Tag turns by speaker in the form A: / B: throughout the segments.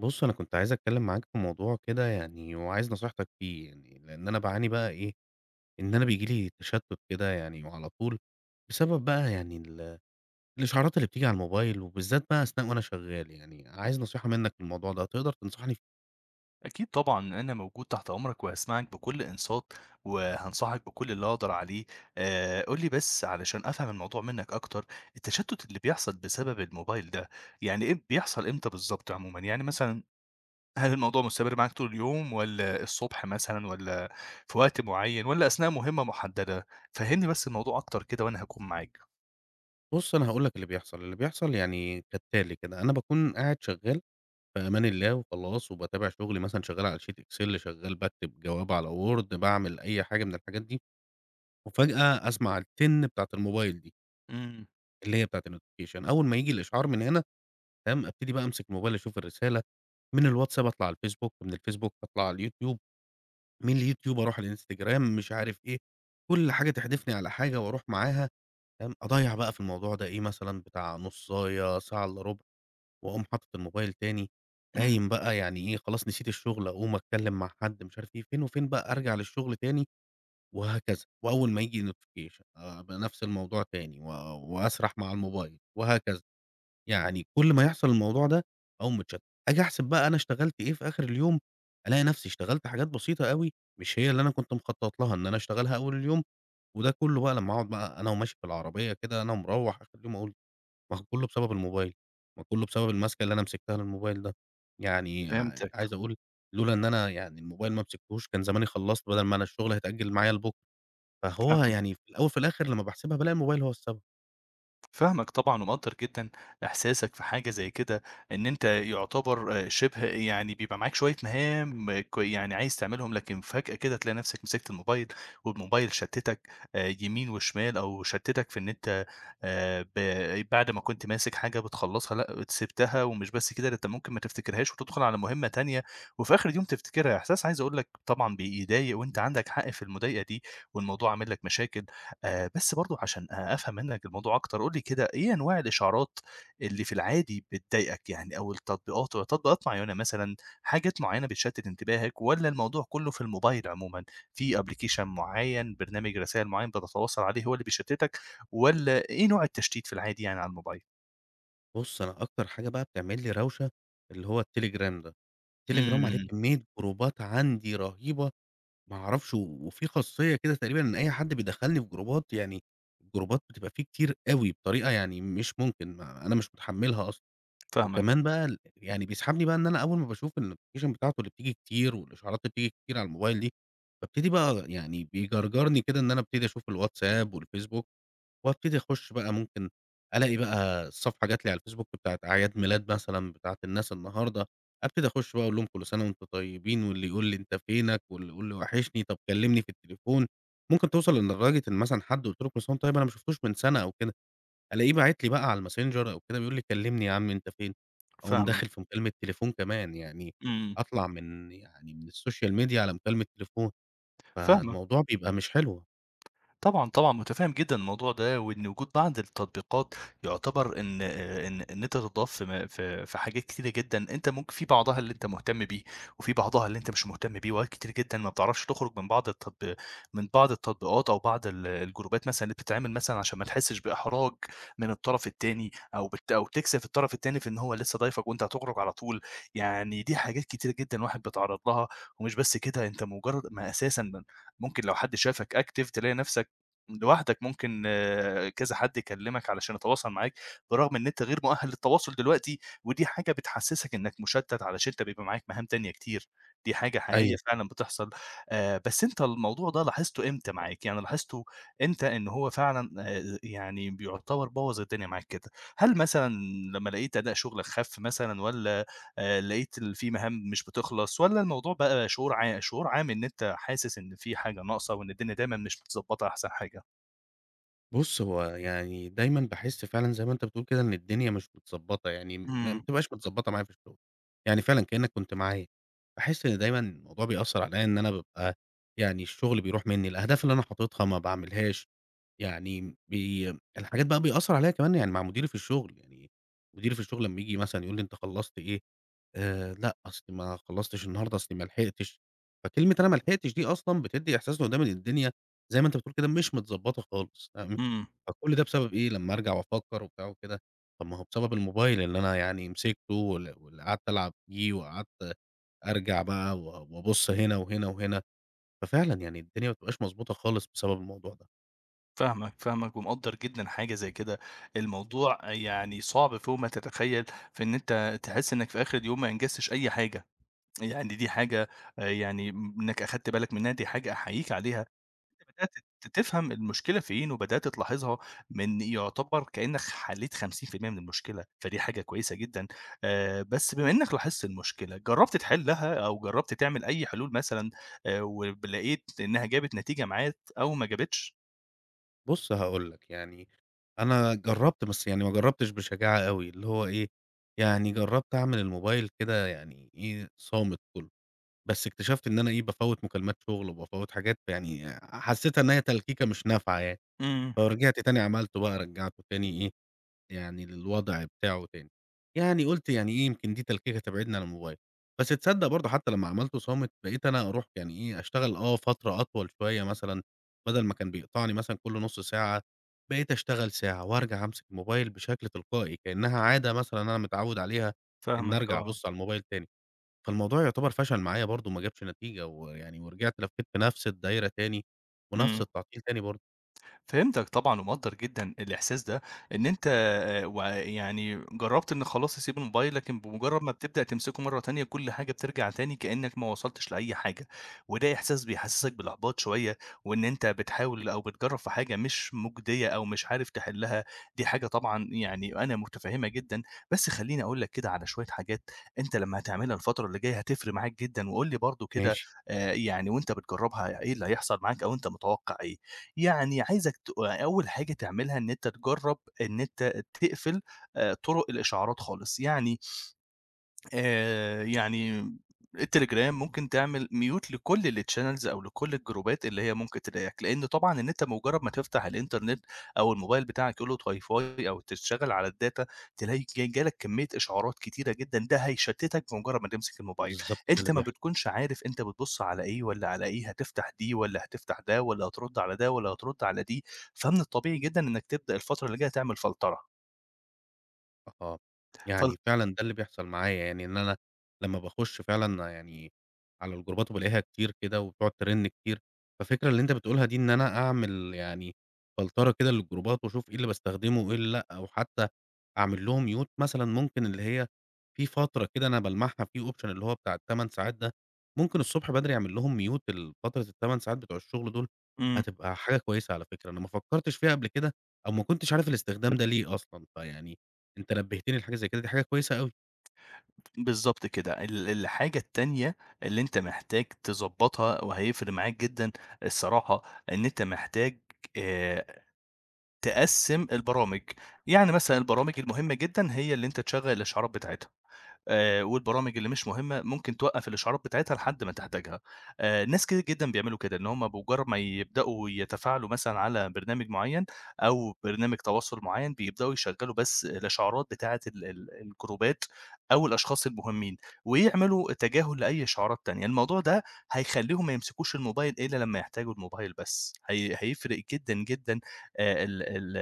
A: بُص، أنا كنت عايز أتكلّم معاك في موضوع كده يعني وعايز نصيحتك فيه يعني، لإن أنا باعاني بقى إيه، إن أنا بييجي لي تشتُّت كده يعني وعلى طول، بسبب بقى يعني الإشعارات اللي بتيجي على الموبايل وبالذات بقى أثناء وأنا شغّال يعني، عايز نصيحة منّك في الموضوع ده، تقدر تنصحني فيه؟
B: أكيد طبعًا أنا موجود تحت أمرك وهاسمعك بكل إنصات، وهانصحك بكل اللي أقدر عليه. قُل لي بس علشان أفهم الموضوع منّك أكتر. التشتُّت اللي بيحصل بسبب الموبايل ده، يعني إيه بيحصل إمتى بالضبط عمومًا؟ يعني مثلًا هل الموضوع مستمر معاك طول اليوم والّا الصبح مثلًا والّا في وقت معيّن والّا أثناء مهمة محددة؟ فهّمني بس الموضوع أكتر كده وأنا هاكون معاك.
A: بُص، أنا هاقول لك اللي بيحصل، اللي بيحصل يعني كالتالي كده، أنا باكون قاعد شغّال في أمان الله وخلاص وباتابع شُغلي مثلًا شغّال على sheet excel شغّال باكتب جواب على word باعمل أي حاجة من الحاجات دي، وفجأة أسمع التِن بتاعة الموبايل دي.
B: إمم.
A: اللي هي بتاعة الnotification أول ما ييجي الإشعار من هنا، تمام، أبتدي بقى أمسك الموبايل أشوف الرسالة، من الواتساب أطلع على الفيسبوك، من الفيسبوك أطلع على اليوتيوب، من اليوتيوب أروح على الإنستجرام، مش عارف إيه، كل حاجة تحدفني على حاجة وأروح معاها، تمام، أضيّع بقى في الموضوع ده إيه مثلًا بتاع نُصاية، ساعة ساعه إلا ربع، وأقوم حاطط الموبايل تاني،
B: إمم.
A: قايم بقى يعني إيه خلاص نسيت الشغل أقوم أتكلم مع حد مش عارف إيه، فين وفين بقى أرجع للشغل تاني وهكذا، وأول ما ييجي notification أبقى نفس الموضوع تاني وأسرح مع الموبايل وهكذا. يعني كل ما يحصل الموضوع ده أقوم متشتت، آجي أحسب بقى أنا اشتغلت إيه في آخر اليوم، ألاقي نفسي اشتغلت حاجات بسيطة أوي، مش هي اللي أنا كنت مخطط لها إن أنا أشتغلها أول اليوم، وده كله بقى لمّا أقعد بقى أنا وماشي في العربية كده أنا ومروّح آخر اليوم أقول ما هو كله بسبب الموبايل، ما كله بسبب الماسكة اللي أنا مسكتها للموبايل ده، يعني
B: فهمتك.
A: عايز أقول لولا إن أنا يعني الموبايل ما مسكتهوش كان زماني خلّصت بدل ما أنا الشغل هيتأجل معايا لبُكرة، فهو
B: ف
A: يعني في الأول في الآخر لمّا باحسبها بالاقي الموبايل هو السبب.
B: فاهمك طبعًا ومقدّر جدًا إحساسك في حاجة زي كده، إن أنت يُعتبر شِبه يعني بيبقى معاك شوية مهام يعني عايز تعملهم، لكن فجأة كده تلاقي نَفْسك مسكت الموبايل والموبايل شتِّتك يمين وشمال، أو شتِّتك في إن أنت ب بعد ما كنت ماسك حاجة بتخلّصها لأ، سِبتها ومش بس كده، ده أنت ممكن ما تفتكرهاش وتدخُل على مهمة تانية وفي آخِر اليوم تفتكرها. إحساس عايز أقول لك طبعًا بيضايق، وأنت عندك حق في المضايقة دي، والموضوع عامل لك مشاكل. بس برضه عشان أفهم منّك الموضوع أكتر، قُل لي كده إيه أنواع الإشعارات اللي في العادي بتضايقك يعني، أو التطبيقات، او تطبيقات معيّنة مثلًا، حاجات معيّنة بتشتِّت انتباهك، والّا الموضوع كُلّه في الموبايل عمومًا، في application معيّن، برنامج رسايل معيّن بتتواصل عليه هو اللي بيشتِّتك، والّا إيه نوع التشتيت في العادي يعني على الموبايل؟
A: بُص أنا أكتر حاجة بقى بتعمل لي روشة اللي هو الTelegram ده. تليجرام عليه
B: إمم.
A: كمية جروبات عندي رهيبة، ما أعرفش وفي خاصية كده تقريبًا إن أي حد بيدخّلني في جروبات، يعني الجروبات بتبقى فيه كتير أوي بطريقة يعني مش ممكن، ما أنا مش متحمّلها أصلًا،
B: فاهمك.
A: وكمان بقى يعني بيسحبني بقى إن أنا أول ما باشوف الnotification بتاعته اللي بتيجي كتير والإشعارات اللي بتيجي كتير على الموبايل دي، بابتدي بقى يعني بيجرجرني كده إن أنا أبتدي أشوف الواتساب والفيسبوك. وابتدي أخش بقى ممكن ألاقي بقى الصفحة جات لي على الفيسبوك بتاعة أعياد ميلاد مثلًا بتاعة الناس النهارده، أبتدي أخش بقى أقول لهم كل سنة وأنتم طيبين، واللي يقول لي أنت فينك، واللي يقول لي وحشني، طب كلمني في التليفون. ممكن توصل إن لدرجة إن مثلًا حد قُلت له كل سنة وأنت طيب أنا ما شفتوش من سنة أو كده، ألاقيه باعت لي بقى على الماسنجر أو كده بيقول لي كلمني يا عم أنت فين، أقوم
B: فاهمك.
A: داخل في مكالمة تليفون كمان، يعني
B: إمم.
A: أطلع من يعني من السوشيال ميديا على مكالمة تليفون،
B: فاهمك.
A: فالموضوع بيبقى مش حلو.
B: طبعًا، طبعًا، متفهم جدًا الموضوع ده، وإن وجود بعض التطبيقات يعتبر إن أنت تتضاف في م في في حاجات كتيرة جدًا، أنت ممكن في بعضها اللي أنت مهتم بيه، وفي بعضها اللي أنت مش مهتم بيه، وأوقات كتير جدًا ما بتعرفش تخرج من بعض التطبيقات، أو بعض الجروبات مثلًا اللي بتتعمل مثلًا عشان ما تحسش بإحراج من الطرف التاني، أو بت أو تكسف الطرف التاني في إن هو لسه ضايفك وأنت هتخرج على طول، يعني دي حاجات كتيرة جدًا الواحد بيتعرض لها، ومش بس كده أنت مجرد ما أساسًا ممكن لو حد شافك active تلاقي نفسك لوحدك ممكن آه، كذا حد يكلّمك علشان يتواصل معاك، برغم إن أنت غير مؤهل للتواصل دلوقتي، ودي حاجة بتحسّسك إنك مشتّت علشان أنت بيبقى معاك مهام تانية كتير، دي حاجة حقيقية
A: أيوه.
B: فعلًا بتحصل. بس أنت الموضوع ده لاحظته إمتى معاك؟ يعني لاحظته إمتى إن هو فعلًا يعني بيعتبر بوّظ الدنيا معاك كده؟ هل مثلًا لمّا لقيت أداء شغلك خَف مثلًا، والّا لقيت في مهام مش بتخلص، والّا الموضوع بقى شعور شعور عام إن أنت حاسس إن في حاجة ناقصة وإن الدنيا دايمًا مش متضبّطة أحسن حاجة؟
A: بُص، هو يعني دايمًا باحس فعلًا زي ما أنت بتقول كده إن الدنيا مش متضبّطة، يعني ما
B: إمم.
A: بتبقاش متضبّطة معايا في الشغل، يعني فعلًا كإنّك كنت معايا، باحس إن دايمًا الموضوع بيأثّر عليّا إن أنا بابقى يعني الشغل بيروح منّي، الأهداف اللي أنا حاططها ما باعملهاش، يعني الحاجات بقى بيأثّر عليّا كمان يعني مع مديري في الشغل، يعني مديري في الشغل لمّا ييجي مثلًا يقول لي: "أنت خلّصت إيه؟" لأ، أصل ما خلّصتش النهارده، أصلي ما لحقتش. فكلمة أنا ما لحقتش دي أصلًا بتدّي إحساس اللي قدام إن الدنيا زي ما أنت بتقول كده مش متضبّطة خالص، فاهم؟
B: إمم.
A: فكل ده بسبب إيه؟ لمّا أرجع وأفكّر وبتاع وكده، طب ما هو بسبب الموبايل اللي أنا يعني مسكته وال واللي قعدت ألعب فيه وقعدت أرجع بقى وأبُص هنا وهنا وهنا، ففعلًا يعني الدنيا ما بتبقاش مضبوطة خالص بسبب الموضوع ده.
B: فاهمك. فاهمك ومقدّر جدًا حاجة زي كده، الموضوع يعني صعب فوق ما تتخيّل في إن أنت تحس إنك في آخر اليوم ما أنجزتش أي حاجة، يعني دي حاجة يعني إنك أخدت بالك منها دي حاجة أحييك عليها، بدأت تفهم المشكلة فين وبدأت تلاحظها، من يعتبر كإنك حليت 50% من المشكلة، فدي حاجة كويسة جدًا. بس بما إنك لاحظت المشكلة، جرّبت تحلها أو جرّبت تعمل أي حلول مثلًا، ولقيت إنها جابت نتيجة معاك أو ما جابتش؟
A: بُص هاقول لك، يعني أنا جرّبت بس يعني ما جرّبتش بشجاعة أوي، اللي هو إيه، يعني جرّبت أعمل الموبايل كده يعني إيه، صامت كلّه، بس اكتشفت إن أنا إيه، بافوّت مكالمات شغل وبافوّت حاجات يعني حسّيتها إن هي تلكيكة مش نافعة يعني،
B: إمم.
A: فرجعت تاني عملته بقى رجّعته تاني إيه، يعني للوضع بتاعه تاني. يعني قُلت يعني إيه يمكن دي تلكيكة تبعدني عن الموبايل، بس تصدّق برضه حتى لمّا عملته صامت بقيت أنا أروح يعني إيه، أشتغل آه فترة أطول شوية مثلًا، بدل ما كان بيقطعني مثلًا كل نُص ساعة، بقيت أشتغل ساعة وأرجع أمسك الموبايل بشكل تلقائي، كإنها عادة مثلًا أنا متعوّد عليها إن
B: فاهمك
A: أرجع
B: آه.
A: أبُص على الموبايل تاني، فالموضوع يعتبر فشل معايا برضه ما جابش نتيجة، ويعني ورجعت لفيت في نفس الدايرة تاني ونفس
B: إمم.
A: التعطيل تاني برضه.
B: فهمتك طبعًا ومقدّر جدًا الإحساس ده، إن أنت ويعني جرّبت إن خلاص تسيب الموبايل، لكن بمجرّد ما بتبدأ تمسكه مرّة تانية كل حاجة بترجع تاني كإنّك ما وصلتش لأي حاجة، وده إحساس بيحسّسك بالإحباط شوية، وإن أنت بتحاول أو بتجرّب في حاجة مش مُجدية أو مش عارف تحلّها، دي حاجة طبعًا يعني أنا متفهّمها جدًا. بس خلّيني أقول لك كده على شوية حاجات أنت لمّا هتعملها الفترة اللي جاية هتفرق معاك جدًا، وقُل لي برضه كده
A: ماشي،
B: يعني وأنت بتجرّبها إيه اللي هيحصل معاك، أو أنت متوقّع إيه؟ يعني عايزك أول حاجة تعملها إن أنت تجرّب إن أنت تقفل طرق الإشعارات خالص، يعني التليجرام ممكن تعمل mute لكل الchannels أو لكل الجروبات اللي هي ممكن تضايقك، لإن طبعًا إن أنت بمجرد ما تفتح الإنترنت أو الموبايل بتاعك يلقط WiFi أو تشتغل على الdata، تلاقي جالك كمية إشعارات كتيرة جدًا، ده هيشتتك بمجرد ما تمسك الموبايل.
A: بالضبط ده
B: أنت
A: اللي
B: ما
A: بيحصل.
B: بتكونش عارف أنت بتبُص على إيه والّا على إيه، هتفتح دي والّا هتفتح ده والّا هترد على ده والّا هترد على دي، فمن الطبيعي جدًا إنك تبدأ الفترة اللي جاية تعمل فلترة.
A: أها،
B: فل
A: يعني فعلًا ده اللي بيحصل معايا، يعني إن أنا لمّا باخُش فعلًا يعني على الجروبات وبالاقيها كتير كده وبتقعد ترن كتير، فالفكرة اللي أنت بتقولها دي إن أنا أعمل يعني فلترة كده للجروبات واشوف إيه اللي باستخدمه وإيه اللي لأ، أو حتى أعمل لهم mute مثلًا ممكن اللي هي في فترة كده أنا بالمعها في option اللي هو بتاع ال8 ساعات ده، ممكن الصبح بدري أعمل لهم mute ال فترة ال8 ساعات بتوع الشغل دول،
B: إمم.
A: هتبقى حاجة كويسة على فكرة، أنا ما فكّرتش فيها قبل كده أو ما كنتش عارف الاستخدام ده ليه أصلًا، فيعني أنت نبهتني لحاجة زي كده، دي حاجة كويسة أوي،
B: بالضبط كده. الحاجة التانية اللي أنت محتاج تضبّطها وهيفرق معاك جدًا الصراحة، إن أنت محتاج آآ تقسّم البرامج. يعني مثلًا البرامج المهمة جدًا هي اللي أنت تشغّل الإشعارات بتاعتها. والبرامج اللي مش مهمة ممكن توقّف الإشعارات بتاعتها لحد ما تحتاجها. ناس كتير جدًا بيعملوا كده، إن هم بمجرّد ما يبدؤوا يتفاعلوا مثلًا على برنامج معيّن أو برنامج تواصل معيّن، بيبدؤوا يشغّلوا بس الإشعارات بتاعة ال ال الجروبات أو الأشخاص المهمين، ويعملوا تجاهل لأي إشعارات تانية. الموضوع ده هيخلّيهم ما يمسكوش الموبايل إلا لمّا يحتاجوا الموبايل بس، هي هيفرق جدًا، جدًا، ال ال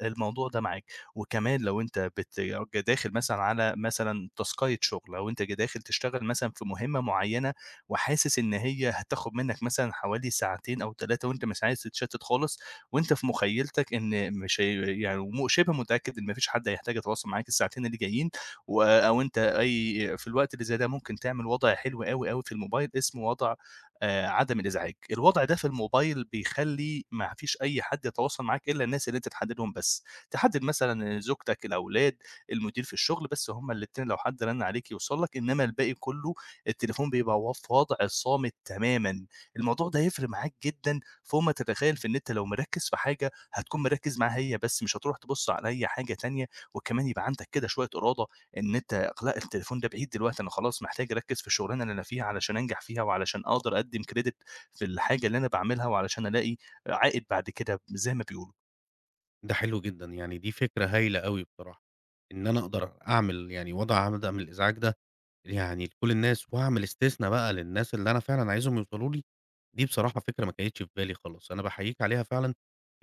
B: ال الموضوع ده معاكِ. وكمان لو أنت داخل مثلًا على مثلًا تاسكاية شغل، أو أنت داخل تشتغل مثلًا في مهمة معيّنة، وحاسس إن هي هتاخد منّك مثلًا حوالي ساعتين أو 3، وأنت مش عايز تتشتت خالص، وأنت في مخيلتك إن مش هي يعني شبه متأكد إن ما فيش حد هيحتاج يتواصل معاك الساعتين اللي جايين، و أو أنت أي في الوقت اللي زي ده ممكن تعمل وضع حلو أوي، أوي في الموبايل اسمه وضع عدم الإزعاج. الوضع ده في الموبايل بيخلّي ما فيش أي حد يتواصل معاك إلا الناس اللي أنت تحدد لهم بس. تحدد مثلًا زوجتك، الأولاد، المدير في الشغل، بس هم الاتنين لو حد رن عليك يوصل لك، إنما الباقي كله التليفون بيبقى في وضع صامت تمامًا. الموضوع ده هيفرق معاك جدًا فوق ما تتخيل في إن أنت لو مركّز في حاجة هتكون مركّز معاها هي بس، مش هتروح تبُص على أي حاجة تانية، وكمان يبقى عندك كده شوية إرادة إن أنت لأ، التليفون ده بعيد دلوقتي، أنا خلاص محتاج أركّز في الشغلانة اللي أنا فيها علشان أنجح فيها، وعلشان أقدر أقدّم credit في الحاجة اللي أنا باعملها، وعلشان ألاقي عائد بعد كده زي ما بيقولوا.
A: ده حلو جدًا، يعني دي فكرة هايلة أوي بصراحة، إن أنا أقدر أعمل يعني وضع عدم الإزعاج ده يعني لكل الناس وأعمل استثنا بقى للناس اللي أنا فعلًا عايزهم يوصلوا لي، دي بصراحة فكرة ما كانتش في بالي خالص، أنا باحييك عليها فعلًا،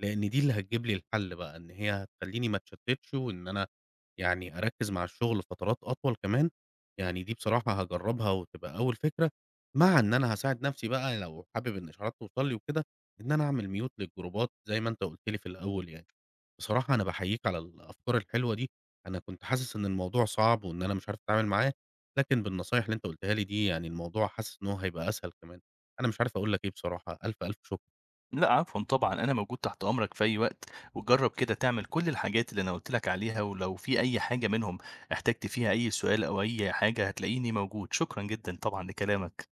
A: لإن دي اللي هتجيب لي الحل بقى، إن هي هتخلّيني ما اتشتتش وإن أنا يعني أركّز مع الشغل فترات أطول كمان، يعني دي بصراحة هاجرّبها وتبقى أول فكرة، مع إن أنا هاساعد نفسي بقى لو حابب ان الإشعارات توصل لي وكده، إن أنا أعمل mute للجروبات زي ما أنت قُلت لي في الأول يعني. بصراحة أنا باحييك على الأفكار الحلوة دي، أنا كنت حاسس إن الموضوع صعب وإن أنا مش عارف أتعامل معاه، لكن بالنصايح اللي أنت قُلتها لي دي يعني الموضوع حاسس إن هو هيبقى أسهل كمان، أنا مش عارف أقول لك إيه بصراحة، ألف، ألف شكر.
B: لأ عفوًا طبعًا، أنا موجود تحت أمرك في أي وقت، وجرّب كده تعمل كل الحاجات اللي أنا قُلت لك عليها، ولو في أي حاجة منهم احتجت فيها أي سؤال أو أي حاجة هتلاقيني موجود. شكرًا جدًا طبعًا لكلامك.